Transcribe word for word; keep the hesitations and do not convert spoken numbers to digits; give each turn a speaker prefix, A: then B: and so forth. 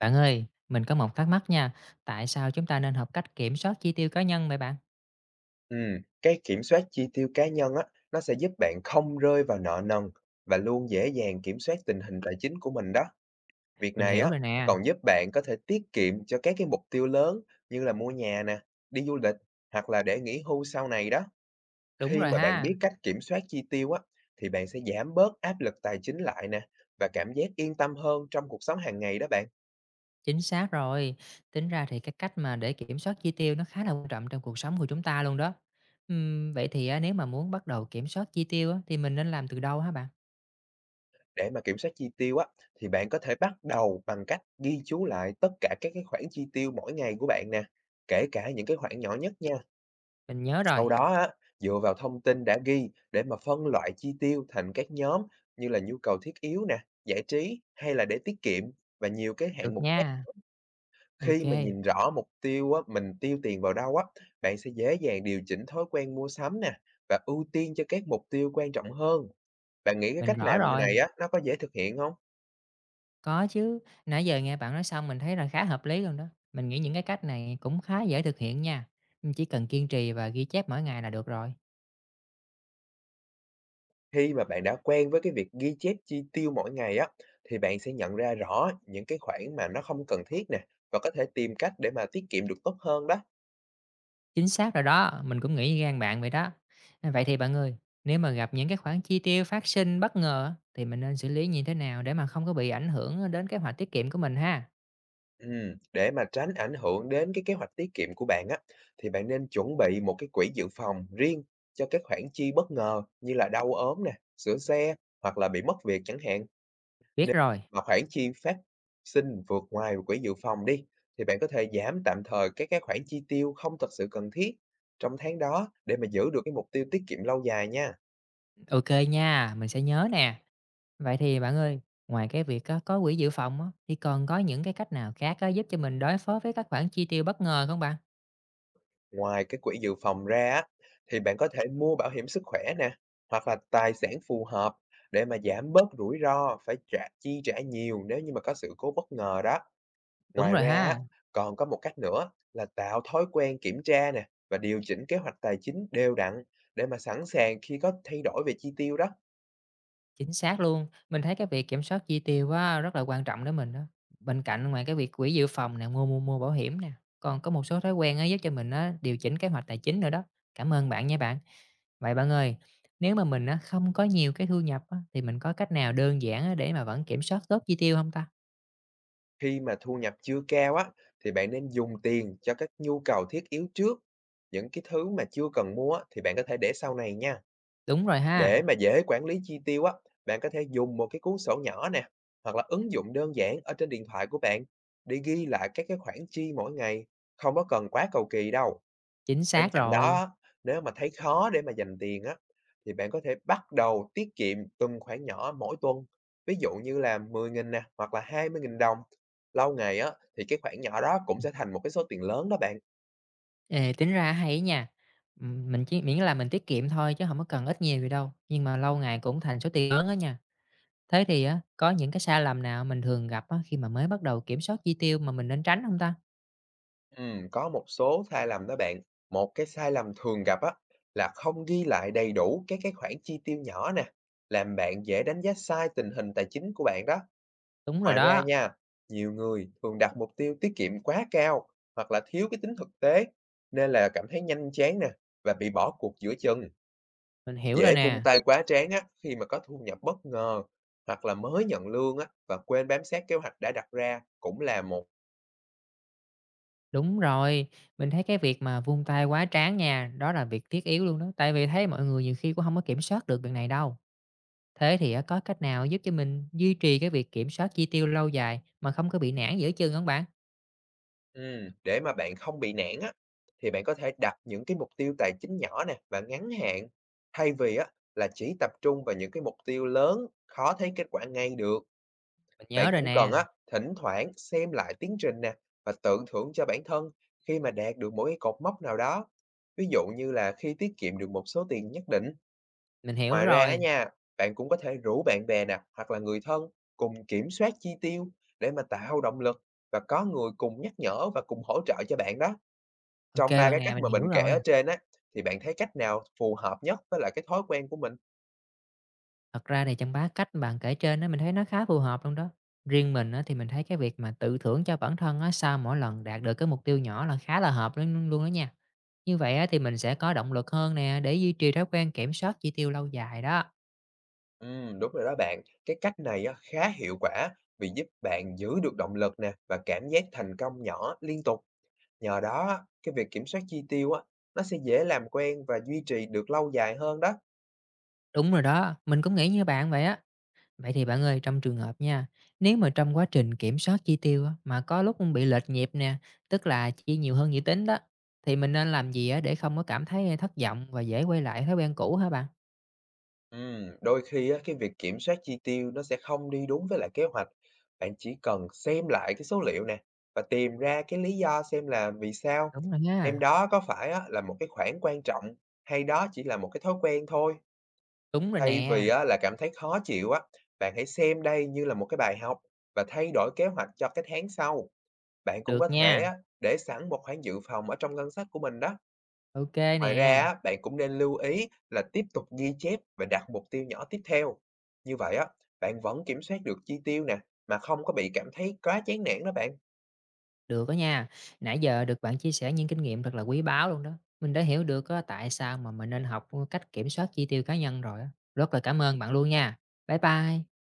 A: Bạn ơi, mình có một thắc mắc nha, tại sao chúng ta nên học cách kiểm soát chi tiêu cá nhân vậy bạn?
B: Ừm, cái kiểm soát chi tiêu cá nhân á, nó sẽ giúp bạn không rơi vào nợ nần và luôn dễ dàng kiểm soát tình hình tài chính của mình đó. Việc
A: Mình
B: này
A: hiểu
B: á,
A: rồi nè,
B: còn giúp bạn có thể tiết kiệm cho các cái mục tiêu lớn như là mua nhà nè, đi du lịch hoặc là để nghỉ hưu sau này đó.
A: đúng
B: Khi
A: rồi
B: mà bạn
A: ha,
B: biết cách kiểm soát chi tiêu á, thì bạn sẽ giảm bớt áp lực tài chính lại nè và cảm giác yên tâm hơn trong cuộc sống hàng ngày đó bạn.
A: chính xác rồi. Tính ra thì cái cách mà để kiểm soát chi tiêu nó khá là quan trọng trong cuộc sống của chúng ta luôn đó. Ừm, vậy thì á, nếu mà muốn bắt đầu kiểm soát chi tiêu á, thì mình nên làm từ đâu hả bạn?
B: Để mà kiểm soát chi tiêu á, thì bạn có thể bắt đầu bằng cách ghi chú lại tất cả các cái khoản chi tiêu mỗi ngày của bạn nè, kể cả những cái khoản nhỏ nhất nha.
A: Mình nhớ rồi,
B: Sau đó á, dựa vào thông tin đã ghi để mà phân loại chi tiêu thành các nhóm như là nhu cầu thiết yếu nè, giải trí hay là để tiết kiệm và nhiều cái
A: được
B: hạng mục khác.
A: nha, ok,
B: Khi mà nhìn rõ mục tiêu á, mình tiêu tiền vào đâu á, bạn sẽ dễ dàng điều chỉnh thói quen mua sắm nè và ưu tiên cho các mục tiêu quan trọng hơn. Bạn nghĩ cái
A: mình
B: cách
A: rõ
B: làm như này
A: rồi,
B: á, nó có dễ thực hiện không?
A: có chứ. Nãy giờ nghe bạn nói xong mình thấy là khá hợp lý luôn đó. Mình nghĩ những cái cách này cũng khá dễ thực hiện nha, chỉ cần kiên trì và ghi chép mỗi ngày là được rồi.
B: Khi mà bạn đã quen với cái việc ghi chép chi tiêu mỗi ngày á, thì bạn sẽ nhận ra rõ những cái khoản mà nó không cần thiết nè, và có thể tìm cách để mà tiết kiệm được tốt hơn đó.
A: Chính xác rồi đó, mình cũng nghĩ gan bạn vậy đó. À, vậy thì bạn ơi, nếu mà gặp những cái khoản chi tiêu phát sinh bất ngờ á, thì mình nên xử lý như thế nào để mà không có bị ảnh hưởng đến kế hoạch tiết kiệm của mình ha?
B: Ừm, để mà tránh ảnh hưởng đến cái kế hoạch tiết kiệm của bạn á, thì bạn nên chuẩn bị một cái quỹ dự phòng riêng cho các khoản chi bất ngờ như là đau ốm nè, sửa xe hoặc là bị mất việc chẳng hạn.
A: Biết
B: Nếu
A: rồi,
B: mà khoản chi phát sinh vượt ngoài quỹ dự phòng đi, thì bạn có thể giảm tạm thời các cái khoản chi tiêu không thật sự cần thiết trong tháng đó để mà giữ được cái mục tiêu tiết kiệm lâu dài nha.
A: ok nha, mình sẽ nhớ nè. Vậy thì bạn ơi, ngoài cái việc á, có quỹ dự phòng á, thì còn có những cái cách nào khác á, giúp cho mình đối phó với các khoản chi tiêu bất ngờ không bạn?
B: Ngoài cái quỹ dự phòng ra á, thì bạn có thể mua bảo hiểm sức khỏe nè, hoặc là tài sản phù hợp để mà giảm bớt rủi ro phải trả chi trả nhiều nếu như mà có sự cố bất ngờ đó.
A: Đúng
B: Ngoài
A: rồi
B: ra á,
A: ha.
B: còn có một cách nữa là tạo thói quen kiểm tra nè và điều chỉnh kế hoạch tài chính đều đặn để mà sẵn sàng khi có thay đổi về chi tiêu đó.
A: Chính xác luôn. Mình thấy cái việc kiểm soát chi tiêu á, rất là quan trọng đối mình đó. Bên cạnh ngoài cái việc quỹ dự phòng nè, mua mua mua bảo hiểm nè, còn có một số thói quen á, giúp cho mình á, điều chỉnh kế hoạch tài chính nữa đó. Cảm ơn bạn nha bạn. Vậy bạn ơi, nếu mà mình á, không có nhiều cái thu nhập á, thì mình có cách nào đơn giản á, để mà vẫn kiểm soát tốt chi tiêu không ta?
B: Khi mà thu nhập chưa cao á, thì bạn nên dùng tiền cho các nhu cầu thiết yếu trước. Những cái thứ mà chưa cần mua á, thì bạn có thể để sau này nha.
A: Đúng rồi
B: Để
A: ha,
B: mà dễ quản lý chi tiêu á, bạn có thể dùng một cái cuốn sổ nhỏ nè hoặc là ứng dụng đơn giản ở trên điện thoại của bạn để ghi lại các cái khoản chi mỗi ngày, không có cần quá cầu kỳ đâu.
A: chính xác
B: Bên cạnh đó
A: rồi.
B: á, nếu mà thấy khó để mà dành tiền á, thì bạn có thể bắt đầu tiết kiệm từng khoản nhỏ mỗi tuần. Ví dụ như là mười nghìn nè, hoặc là hai mươi nghìn đồng. Lâu ngày á, thì cái khoản nhỏ đó cũng
A: Ừ.
B: sẽ thành một cái số tiền lớn đó bạn.
A: Ê, tính ra hay ấy nha. Ừm, Mình chỉ miễn là mình tiết kiệm thôi chứ không có cần ít nhiều gì đâu. Nhưng mà lâu ngày cũng thành số tiền lớn đó nha. Thế thì á, có những cái sai lầm nào mình thường gặp á, khi mà mới bắt đầu kiểm soát chi tiêu mà mình nên tránh không ta?
B: Ừm, có một số sai lầm đó bạn. Một cái sai lầm thường gặp á, là không ghi lại đầy đủ các cái khoản chi tiêu nhỏ nè. Làm bạn dễ đánh giá sai tình hình tài chính của bạn đó.
A: Đúng rồi
B: Ngoài ra
A: đó,
B: nha, nhiều người thường đặt mục tiêu tiết kiệm quá cao hoặc là thiếu cái tính thực tế nên là cảm thấy nhanh chán nè và bị bỏ cuộc giữa chừng,
A: mình hiểu rồi
B: dễ vung
A: nè.
B: tay quá trán á khi mà có thu nhập bất ngờ hoặc là mới nhận lương á và quên bám sát kế hoạch đã đặt ra cũng là một.
A: Đúng rồi, mình thấy cái việc mà vung tay quá trán nha, đó là việc thiết yếu luôn đó, tại vì thấy mọi người nhiều khi cũng không có kiểm soát được việc này đâu. Thế thì á, có cách nào giúp cho mình duy trì cái việc kiểm soát chi tiêu lâu dài mà không có bị nản giữa chừng không bạn?
B: ừ, để mà bạn không bị nản á, thì bạn có thể đặt những cái mục tiêu tài chính nhỏ nè và ngắn hạn, thay vì á là chỉ tập trung vào những cái mục tiêu lớn khó thấy kết quả ngay được.
A: Mình
B: Bạn
A: nhớ rồi
B: cũng cần
A: nè,
B: á, thỉnh thoảng xem lại tiến trình nè và tự thưởng cho bản thân khi mà đạt được mỗi cái cột mốc nào đó. Ví dụ như là khi tiết kiệm được một số tiền nhất định.
A: mình hiểu
B: Ngoài ra á
A: rồi.
B: nha, bạn cũng có thể rủ bạn bè nè hoặc là người thân cùng kiểm soát chi tiêu để mà tạo động lực và có người cùng nhắc nhở và cùng hỗ trợ cho bạn đó.
A: Ok
B: Trong ba
A: bạn
B: cái
A: nè,
B: cách
A: mình
B: mà mình
A: hiểu
B: kể
A: rồi.
B: ở trên á, thì bạn thấy cách nào phù hợp nhất với lại cái thói quen của mình?
A: Thật ra thì trong ba cách bạn kể trên á, mình thấy nó khá phù hợp luôn đó. Riêng mình á, thì mình thấy cái việc mà tự thưởng cho bản thân á, sau mỗi lần đạt được cái mục tiêu nhỏ là khá là hợp luôn luôn đó nha. Như vậy á, thì mình sẽ có động lực hơn nè để duy trì thói quen kiểm soát chi tiêu lâu dài đó.
B: Ừm, đúng rồi đó bạn. Cái cách này á, khá hiệu quả vì giúp bạn giữ được động lực nè và cảm giác thành công nhỏ liên tục. Nhờ đó á, cái việc kiểm soát chi tiêu á, nó sẽ dễ làm quen và duy trì được lâu dài hơn đó.
A: Đúng rồi đó, mình cũng nghĩ như bạn vậy á. Vậy thì bạn ơi, trong trường hợp nha, nếu mà trong quá trình kiểm soát chi tiêu á, mà có lúc bị lệch nhịp nè, tức là chi nhiều hơn dự tính đó, thì mình nên làm gì á, để không có cảm thấy thất vọng và dễ quay lại thói quen cũ hả bạn?
B: Ừm, đôi khi á, cái việc kiểm soát chi tiêu nó sẽ không đi đúng với lại kế hoạch. Bạn chỉ cần xem lại cái số liệu nè và tìm ra cái lý do xem là vì sao.
A: Đúng rồi
B: Xem
A: nha.
B: đó có phải á, là một cái khoản quan trọng hay đó chỉ là một cái thói quen thôi.
A: Đúng rồi
B: Thay
A: nè,
B: vì á là cảm thấy khó chịu á, bạn hãy xem đây như là một cái bài học và thay đổi kế hoạch cho cái tháng sau. Bạn cũng có
A: được
B: thể
A: nha,
B: á, để sẵn một khoản dự phòng ở trong ngân sách của mình đó.
A: ok
B: Ngoài ra
A: nè,
B: á, bạn cũng nên lưu ý là tiếp tục ghi chép và đặt mục tiêu nhỏ tiếp theo. Như vậy á, bạn vẫn kiểm soát được chi tiêu nè, mà không có bị cảm thấy quá chán nản đó bạn.
A: được đó nha. Nãy giờ được bạn chia sẻ những kinh nghiệm thật là quý báu luôn đó, mình đã hiểu được á tại sao mà mình nên học, cách kiểm soát chi tiêu cá nhân rồi á. Rất là cảm ơn bạn luôn nha. Bye bye.